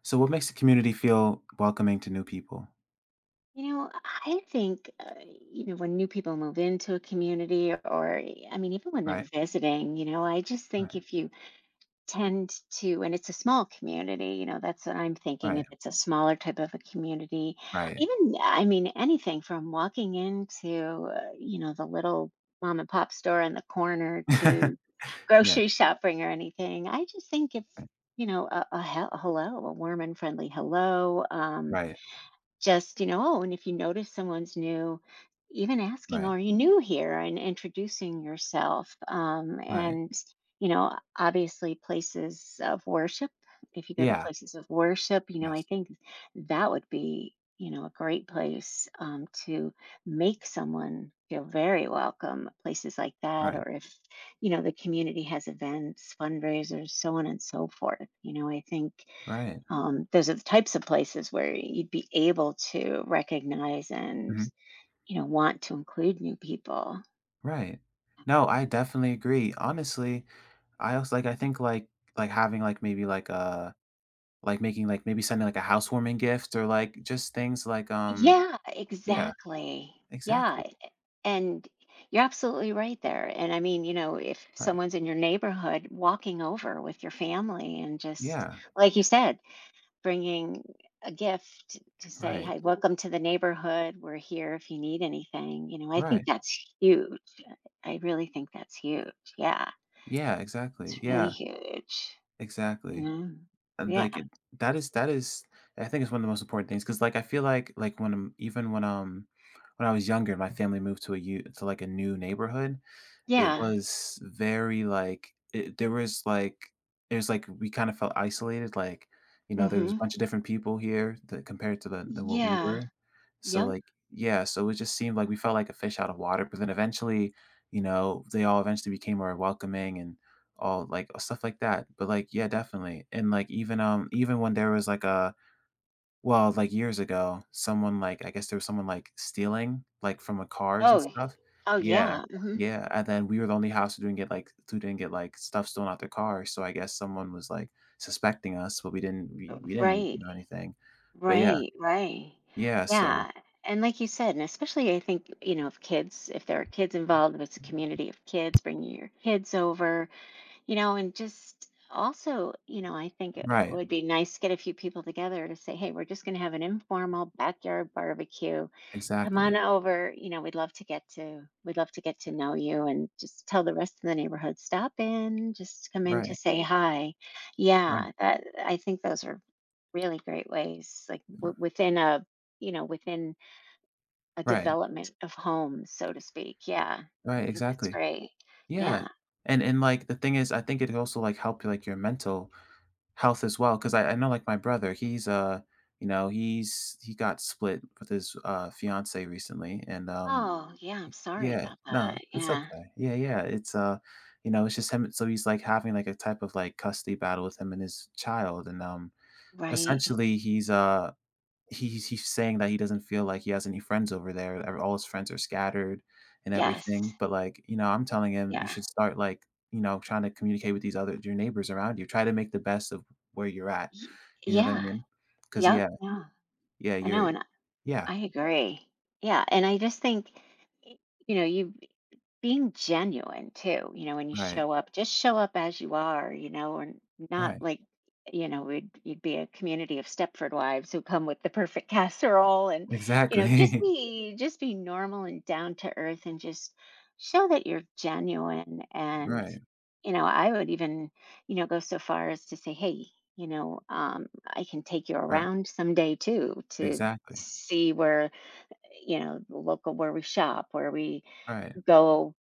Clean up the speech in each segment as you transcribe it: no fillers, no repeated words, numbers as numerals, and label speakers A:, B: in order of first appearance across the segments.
A: So what makes the community feel welcoming to new people?
B: You know, I think, you know, when new people move into a community or I mean, even when they're
A: Right,
B: visiting, you know, I just think
A: right,
B: if you tend to, and it's a small community, you know, that's what I'm thinking.
A: right,
B: If it's a smaller type of a community,
A: right.
B: even, I mean, anything from walking into, you know, the little mom and pop store on the corner to
A: Yeah,
B: grocery shopping or anything, I just think if,
A: right,
B: you know, a hello, a warm and friendly hello,
A: right,
B: just you know, oh, and if you notice someone's new, even asking,
A: right,
B: are you new here, and introducing yourself,
A: right.
B: and you know obviously places of worship, if you go to
A: Yeah,
B: places of worship, you know, I
A: yes,
B: think that would be, you know, a great place, to make someone feel very welcome. Places like that,
A: right,
B: or if you know the community has events, fundraisers, so on and so forth, you know, I think,
A: right,
B: those are the types of places where you'd be able to recognize and,
A: mhm,
B: you know, want to include new people.
A: right. No, I definitely agree. Honestly, I also, like, I think, like, having, like, maybe, like, a like, making, like, maybe sending, like, a housewarming gift or, like, just things like,
B: Yeah,
A: yeah,
B: exactly. Yeah.
A: exactly,
B: And you're absolutely right there. And I mean, you know, if
A: right.
B: someone's in your neighborhood, walking over with your family and just,
A: Yeah,
B: like you said, bringing a gift to say,
A: right,
B: hi, welcome to the neighborhood, we're here if you need anything. You know, I think
A: right.
B: that's huge. I really think that's huge. Yeah,
A: Yeah, exactly,
B: it's really
A: yeah,
B: huge.
A: exactly.
B: Yeah.
A: And,
B: Yeah.
A: like, it that is I think it's one of the most important things, because, like, I feel like, when when I was younger, my family moved to a u to, like, a new neighborhood. It
B: Yeah.
A: was very, like, it there was, like there's, like we kinda felt isolated, like, you know, there was a
B: Mhm.
A: bunch of different people here that compared to the what we
B: Yeah.
A: were.
B: Mhm.
A: So,
B: Yep.
A: like, yeah, so it just seemed like we felt like a fish out of water, but then eventually, you know, they all eventually became more welcoming and all, like, stuff like that. But, like, yeah,
B: Y-
A: definitely. And, like, even, even when there was, like, a well, like, years ago, someone, like I guess there was someone, like, stealing, like, from, cars and
B: Oh.
A: stuff.
B: Oh
A: Yeah.
B: yeah. Mhm.
A: Yeah, and then we were the only house who didn't get, like who didn't get, like, stuff stolen out their car, so I guess someone was, like, suspecting us, but we didn't
B: Right.
A: know anything. But yeah.
B: Right. Right.
A: Yeah, so
B: Yeah. And like you said, and especially I think, you know, if kids, if there are kids involved, if it's a community of kids, bringing your kids over, you know, and just also, you know, I think it
A: right.
B: would be nice to get a few people together to say, hey, we're just going to have an informal backyard barbecue, come
A: Exactly.
B: on over, you know, we'd love to get to we'd love to get to know you, and just tell the rest of the neighborhood, stop in, just come in to
A: Right.
B: say hi.
A: Right.
B: Yeah, that, I think those are really great ways, like
A: R
B: within a, you know, within a
A: right.
B: development of homes, so to speak. Yeah, I
A: Right,
B: think that's
A: exactly.
B: great.
A: Yeah.
B: Yeah.
A: And, like, the thing is, I think it also, like, helped, like, your mental health as well, 'cause I know, like, my brother, he's he got split with his, fiancée recently, and,
B: Oh yeah, I'm sorry
A: yeah,
B: about
A: no,
B: that.
A: it's
B: Yeah.
A: okay. Yeah, yeah, it's just him, so he's, like, having, like, a type of, like, custody battle with him and his child, and,
B: Right.
A: essentially, he's saying that he doesn't feel like he has any friends over there, ev all his friends are scattered and everything,
B: Yes.
A: but, like, I'm telling him, "You
B: Yeah.
A: should start, like, you know, trying to communicate with these other your neighbors around you, try to make the best of where you're at."
B: Y-
A: You know what I
B: yeah.
A: mean? Because
B: Yep.
A: yeah,
B: Yeah,
A: yeah,
B: I know.
A: you're
B: And
A: yeah,
B: I agree. Yeah, and I just think y- you know, you being genuine too, you know, when you
A: right,
B: show up, just show up as you are, you know. Or not
A: right,
B: like, you know, we would you'd be a community of Stepford wives who come with the perfect casserole and, you know, just
A: exactly.
B: be, just be normal and down to earth and just show that you're genuine. And
A: Right,
B: you know, I would even, you know, go so far as to say, hey, you know, I can take you
A: right,
B: around someday too, to
A: exactly.
B: see where, you know, the local, where we shop, where we
A: Right,
B: go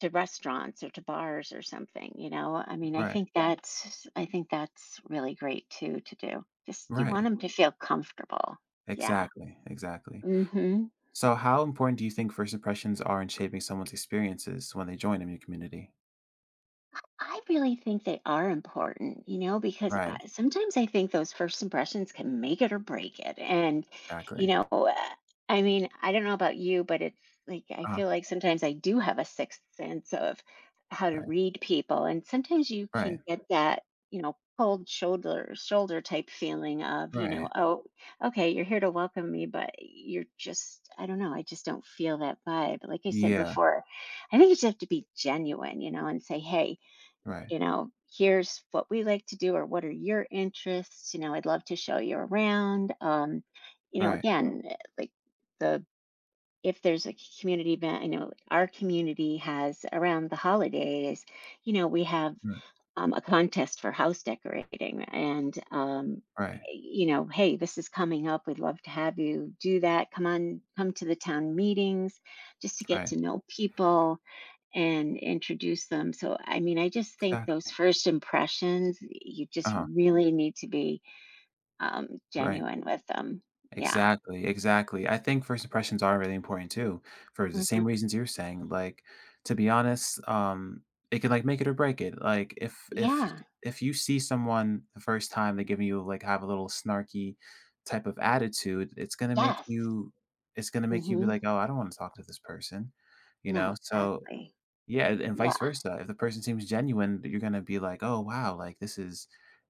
B: to restaurants or to bars or something, you know. I mean, I
A: right,
B: think, yeah, that's, I think that's really great too to do. Just, you want
A: right,
B: them to feel comfortable. Yeah.
A: exactly, exactly.
B: Mhm.
A: So how important do you think first impressions are in shaping someone's experiences when they join a new community?
B: I really think they are important, you know, because
A: Right,
B: sometimes I think those first impressions can make it or break it. And, you
A: exactly.
B: know, I mean, I don't know about you, but it's like I
A: Uh,
B: feel like sometimes I do have a sixth sense of how to
A: right,
B: read people. And sometimes you
A: right,
B: can get that, you know, cold shoulder type feeling of, you
A: right.
B: know, oh, okay, you're here to welcome me, but you're just, I don't know, I just don't feel that vibe. Like I said
A: Yeah,
B: before, I think you just have to be genuine, you know, and say, hey,
A: right,
B: you know, here's what we like to do, or what are your interests. You know, I'd love to show you around. You know,
A: right,
B: again, like the if there's a community event, I know our community has around the holidays, you know, we have,
A: right,
B: a contest for house decorating. And
A: right,
B: you know, hey, this is coming up, we'd love to have you do that, come on, come to the town meetings just to get
A: right,
B: to know people and introduce them. So, I mean, I just think those
A: exactly,
B: first impressions, you just
A: uh,
B: really need to be,
A: right.
B: genuine with them. Yeah.
A: Exactly, exactly. I think first impressions are really important too, for the same
B: Hmm.
A: reasons you're saying. Like, to be honest, it can, like, make it or break it. Like,
B: Yeah.
A: if you see someone the first time, they, giving you like, have a little snarky type of attitude, it's gonna make
B: Yes.
A: you. It's gonna make you be
B: Hmm.
A: like, oh, I don't want to talk to this person, you
B: No,
A: know. So
B: exactly.
A: yeah, and
B: Yeah.
A: vice versa. If the person seems genuine, you're gonna be like, "Oh, wow, like, this is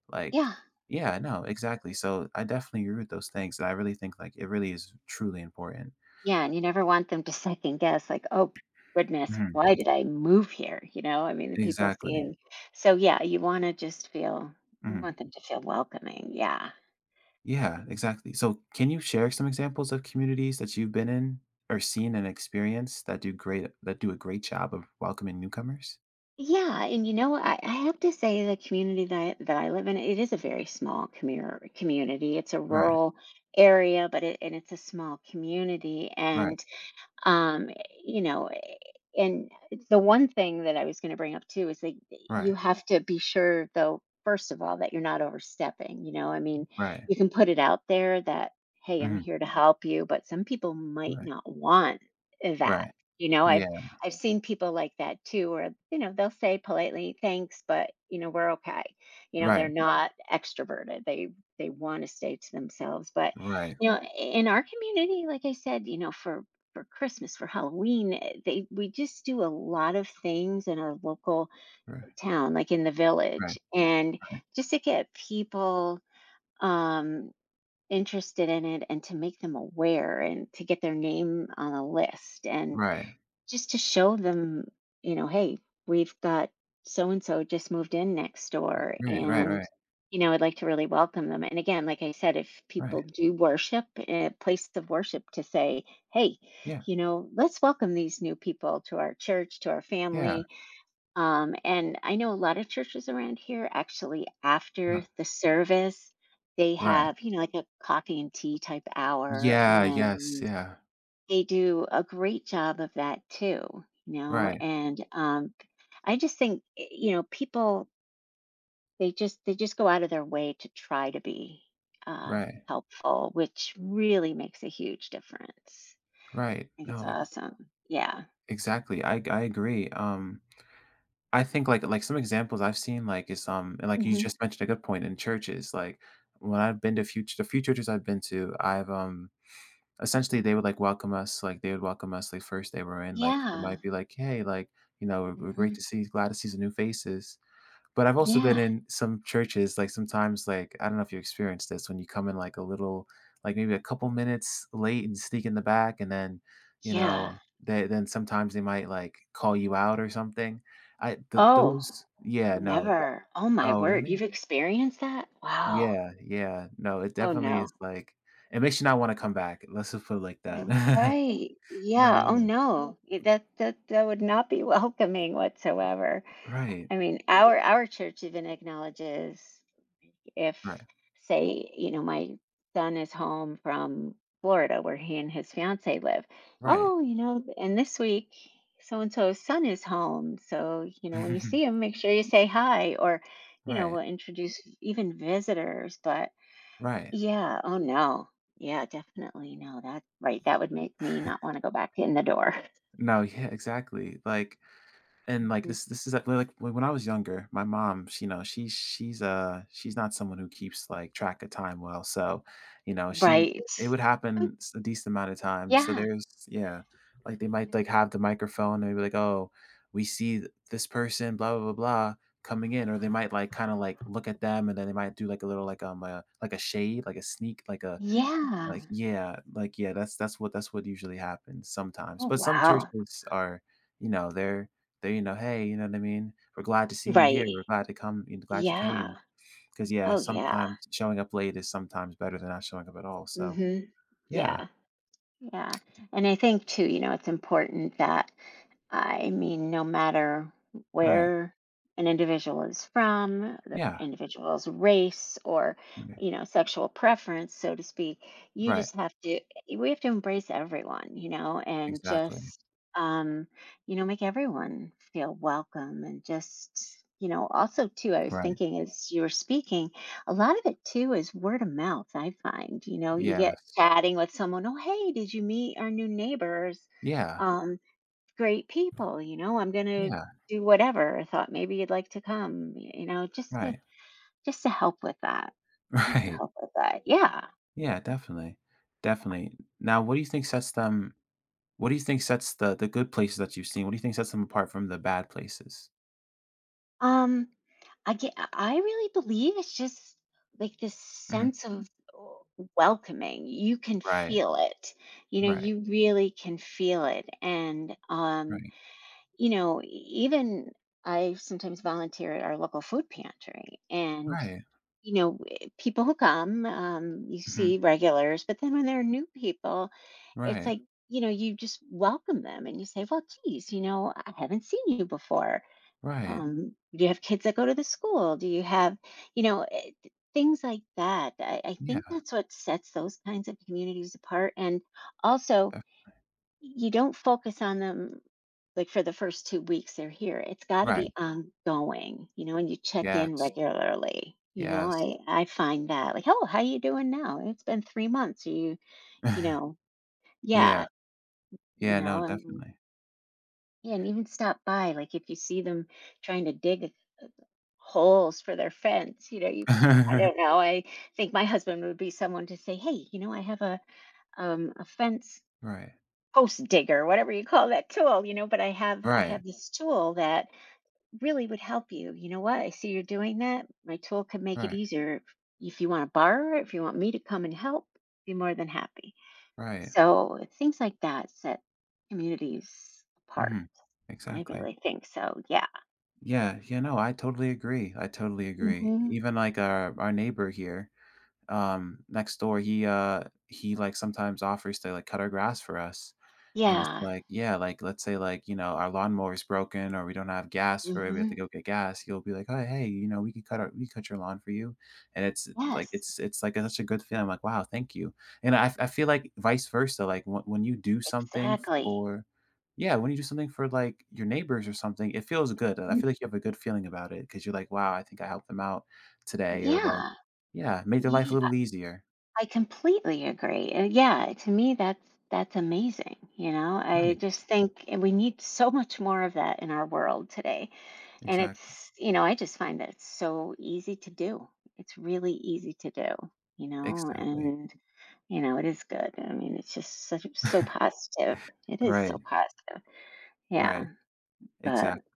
A: like."
B: Yeah.
A: Yeah, no, exactly, so I definitely agree with those things, and I really think, like, it really is truly important.
B: Yeah. And you never want them to second guess, like, oh, goodness,
A: Mhm.
B: why did I move here? You know, I mean, the people
A: Exactly.
B: seeing. So, yeah, you want to just feel, you
A: Mhm.
B: want them to feel welcoming. Yeah.
A: Yeah, exactly. So can you share some examples of communities that you've been in or seen and experienced that do a great job of welcoming newcomers?
B: Yeah, and you know, I have to say the community that I live in, it is a very small community. It's a
A: Right,
B: rural area, but it, and it's a small community.
A: right,
B: And um you know, and the one thing that I was going to bring up too is like, you
A: right,
B: have to be sure though first of all that you're not overstepping, you know, I mean,
A: right.
B: you can put it out there that, hey, I'm
A: Mhm.
B: here to help you, but some people might
A: Right,
B: not want that.
A: right.
B: You know,
A: Yeah.
B: I've seen people like that too, where you know they'll say, politely, thanks, but you know, we're okay. You know,
A: Right,
B: they're not extroverted, they want to stay to themselves. But
A: right,
B: you know, in our community, like I said, you know, for Christmas, for Halloween. They we just do a lot of things in our local
A: right,
B: town, like in the
A: right,
B: village, and
A: right,
B: just to get people, um, interested in it, and to make them aware, and to get their name on a list. And
A: right, right,
B: just to show them, you know, hey, we've got so and so just moved in next door. Right.
A: right, right,
B: And,
A: right.
B: you know, I'd like to really welcome them. And again, like I said, if people
A: Right.
B: do worship, a place of worship, to say, hey,
A: Yeah.
B: you know, let's welcome these new people to our church, to our
A: Yeah.
B: family. And I know a lot of churches around here actually, after
A: No.
B: the service, they
A: Right.
B: have, you know, like a coffee and tea type hour. Mhm.
A: Yeah. Yes.
B: And
A: Yeah.
B: they do a great job of that too, you know,
A: Right.
B: and, I just think, you know, people, they just go out of their way to try to be, uh,
A: Right.
B: helpful, which really makes a huge difference.
A: Right.
B: I think it's
A: No,
B: awesome. Yeah.
A: exactly. I agree. I think, like, some examples I've seen, like, is, and, like, you
B: Mhm.
A: just mentioned a good point in churches. Like, when I've been to future the few churches I've been to, I've essentially, they would, like, welcome us, like they would welcome us, like first they were in, like they
B: Yeah.
A: might be like, "Hey, like, you know, we're great to
B: Mhm.
A: see glad to see some new faces." But I've also been
B: Yeah.
A: in some churches, like, sometimes, like, I don't know if you experienced this when you come in, like, a little, like, maybe a couple minutes late and sneak in the back, and then, you
B: Yeah.
A: know, they then sometimes they might, like, call you out or something. I th
B: Oh,
A: Those. Yeah, no. Th
B: never. Oh my
A: Oh,
B: word, you've
A: really?
B: experienced that? Wow.
A: Yeah, yeah. No, it
B: Oh,
A: definitely is,
B: no.
A: like, it makes you not wanna come back. Let's just put it like
B: Mm.
A: that.
B: Right.
A: No,
B: Yeah. Oh. Mm.
A: yeah.
B: No. That that would not be welcoming whatsoever.
A: Right.
B: I mean, yeah, our church even acknowledges if,
A: Right.
B: say, you know, my son is home from Florida, where he and his fiance live.
A: Right.
B: Oh, you know, and this week, so and so's son is home. So, you know, when you see him, make sure you say hi. Or, you know,
A: Right.
B: we'll introduce even visitors, but
A: Right.
B: yeah, oh, no. Yeah, definitely, no, that, right, that would make me not wanna go back in the door.
A: No, yeah, exactly. Like, and, like,
B: Mhm.
A: this is, like, like, when I was younger, my mom, she, she's not someone who keeps, like, track of time well. So, she would
B: Right.
A: it would happen, a decent amount of times. So
B: Yeah.
A: there's yeah, like they might,
B: Mhm.
A: like, have the microphone and be like, "Oh, we see, this person, blah blah blah blah, coming in," or they might, like, kind of, like, look at them, and then they might do, like, a little like, like a shade, like a sneak,
B: Yeah.
A: like, yeah, that's what usually happens sometimes,
B: Oh,
A: but some
B: wow.
A: churches are, you know, they're "Hey," you know what I mean? "We're glad to see you here.
B: Right.
A: We're glad to come you know, glad you came."
B: Yeah.
A: 'Cause yeah,
B: Oh, yeah.
A: sometimes showing up late is sometimes better than not showing up at all, so
B: Mhm.
A: yeah,
B: Yeah, yeah, and I think too, you know, it's important that, I mean, no matter
A: right,
B: where an individual is from, the
A: yeah,
B: individual's race or,
A: okay,
B: you know, sexual preference, so to speak, you
A: right,
B: just have to, we have to embrace everyone, you know, and
A: exactly,
B: just, um, you know, make everyone feel welcome. And just, you know, also too, I was
A: right,
B: thinking as you were speaking, a lot of it too is word of mouth, I find, you know, you
A: yeah,
B: get chatting with someone, oh, hey, did you meet our new neighbors?
A: yeah,
B: Um, great people, you know, I'm going to
A: yeah,
B: do whatever. I thought maybe you'd like to come, you know,
A: right,
B: just to help with that. Just to
A: right,
B: help with that. Yeah.
A: yeah,
B: Mhm.
A: definitely, definitely. Now what do you think sets them? What do you think sets the good places that you've seen? What do you think sets them apart from the bad places?
B: Um I really believe it's just like this
A: Mhm.
B: sense of welcoming. You can
A: Right,
B: feel it. You know,
A: right,
B: you really can feel it. And
A: right,
B: you know, even I sometimes volunteer at our local food pantry. And
A: right.
B: you know, people who come, you
A: Mhm.
B: see regulars, but then when there are new people, it's
A: Right,
B: like, you know, you just welcome them and you say, well, geez, you know, I haven't seen you before.
A: right.
B: Do you have kids that go to the school? Do you have, you know, things like that? I
A: Yeah,
B: think that's what sets those kinds of communities apart. And also,
A: def
B: you don't focus on them like for the first 2 weeks they're here. It's gotta
A: right.
B: be ongoing, you know, and you check in, mhm,
A: Yes,
B: regularly, you know?
A: yes.
B: I find that, like, "Oh, how you doing now? It's been 3 months. Are you—" you know?
A: Yeah,
B: Yeah, you
A: yeah, no,
B: know, and
A: definitely.
B: yeah, and even stop by, like, if you see them trying to dig holes for their fence, you know, you, I don't know, I think my husband would be someone to say, "Hey, you know, I have a fence
A: Right,
B: post digger," whatever you call that tool, you know, but I
A: right,
B: have this tool that really would help you. You know what? I see you're doing that. My tool could make it
A: right,
B: easier. If you want to borrow it, if you want me to come and help, be more than happy.
A: right.
B: So things like that set communities apart.
A: Mhm.
B: I
A: Exactly.
B: really think so. Yeah.
A: Yeah, yeah, no, I totally agree, I totally agree.
B: Hmm.
A: Even, like, our neighbor here, next door, he, like, sometimes offers to, like, cut our grass for us, and it's
B: Yeah.
A: like, yeah, like, let's say, like, our lawnmower is broken or we don't have gas for it, we have
B: Hmm.
A: to go get gas, he'll be like, "Oh, hey, you know, we cut your lawn for you," and it's, like,
B: Yes.
A: like, such a good feeling, I'm like, "Wow, thank you." And I feel like vice versa, like, when you do something
B: Exactly.
A: for, yeah, when you do something for, like, your neighbors or something. It feels good, I
B: Mm.
A: feel like you have a good feeling about it, because 'cause you're like, "Wow, I think I helped them out today," or like,
B: Yeah.
A: yeah, make their life a
B: Ye-
A: little easier.
B: I completely agree. Yeah, to me that's amazing, you know. I
A: Right,
B: just think, and we need so much more of that in our world today. And
A: exactly,
B: it's, you know, I just find that it's so easy to do. It's really easy to do, you know,
A: exactly.
B: and, you know, it is good. I mean, it's just such, so positive. It is
A: Right,
B: so positive. Yeah.
A: right,
B: But
A: exactly.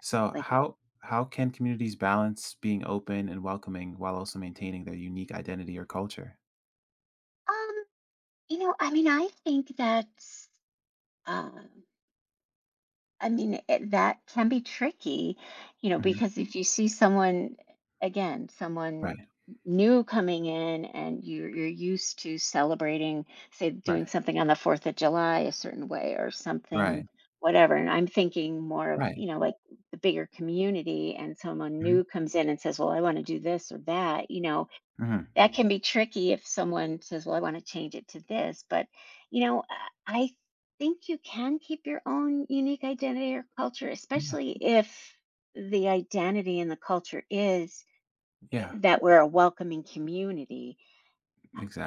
A: So
B: like,
A: how can communities balance being open and welcoming while also maintaining their unique identity or culture?
B: um, you know, I mean, I think that, uh, I mean, it, that can be tricky, you know,
A: Mhm.
B: because if you see someone, again, someone
A: Right,
B: new coming in, and you're used to celebrating, say,
A: right,
B: doing something on the 4th of July a certain way or something,
A: right,
B: whatever, and I'm thinking more of,
A: right.
B: you know, like the bigger community, and someone
A: Mhm,
B: new comes in and says, "Well, I want to do this or that," you know,
A: mhm.
B: that can be tricky if someone says, "Well, I want to change it to this." But you know, I think you can keep your own unique identity or culture,
A: Yeah,
B: especially if the identity and the culture is,
A: yeah,
B: that we're a welcoming community.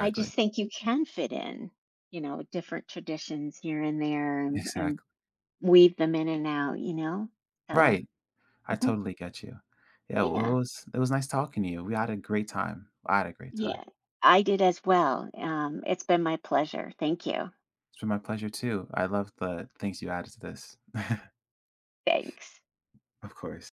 B: I just think you can fit in, you know, different traditions here and there, and
A: exactly.
B: weave them in and out, you know? So,
A: Right, I
B: mhm.
A: totally get you. Yeah, well, it
B: Yeah,
A: was it was nice talking to you. We had a great time. I had a great time.
B: yeah, I did as well. It's been my pleasure. Thank you.
A: It's been my pleasure too. I love the things you added to this.
B: Thanks.
A: Of course.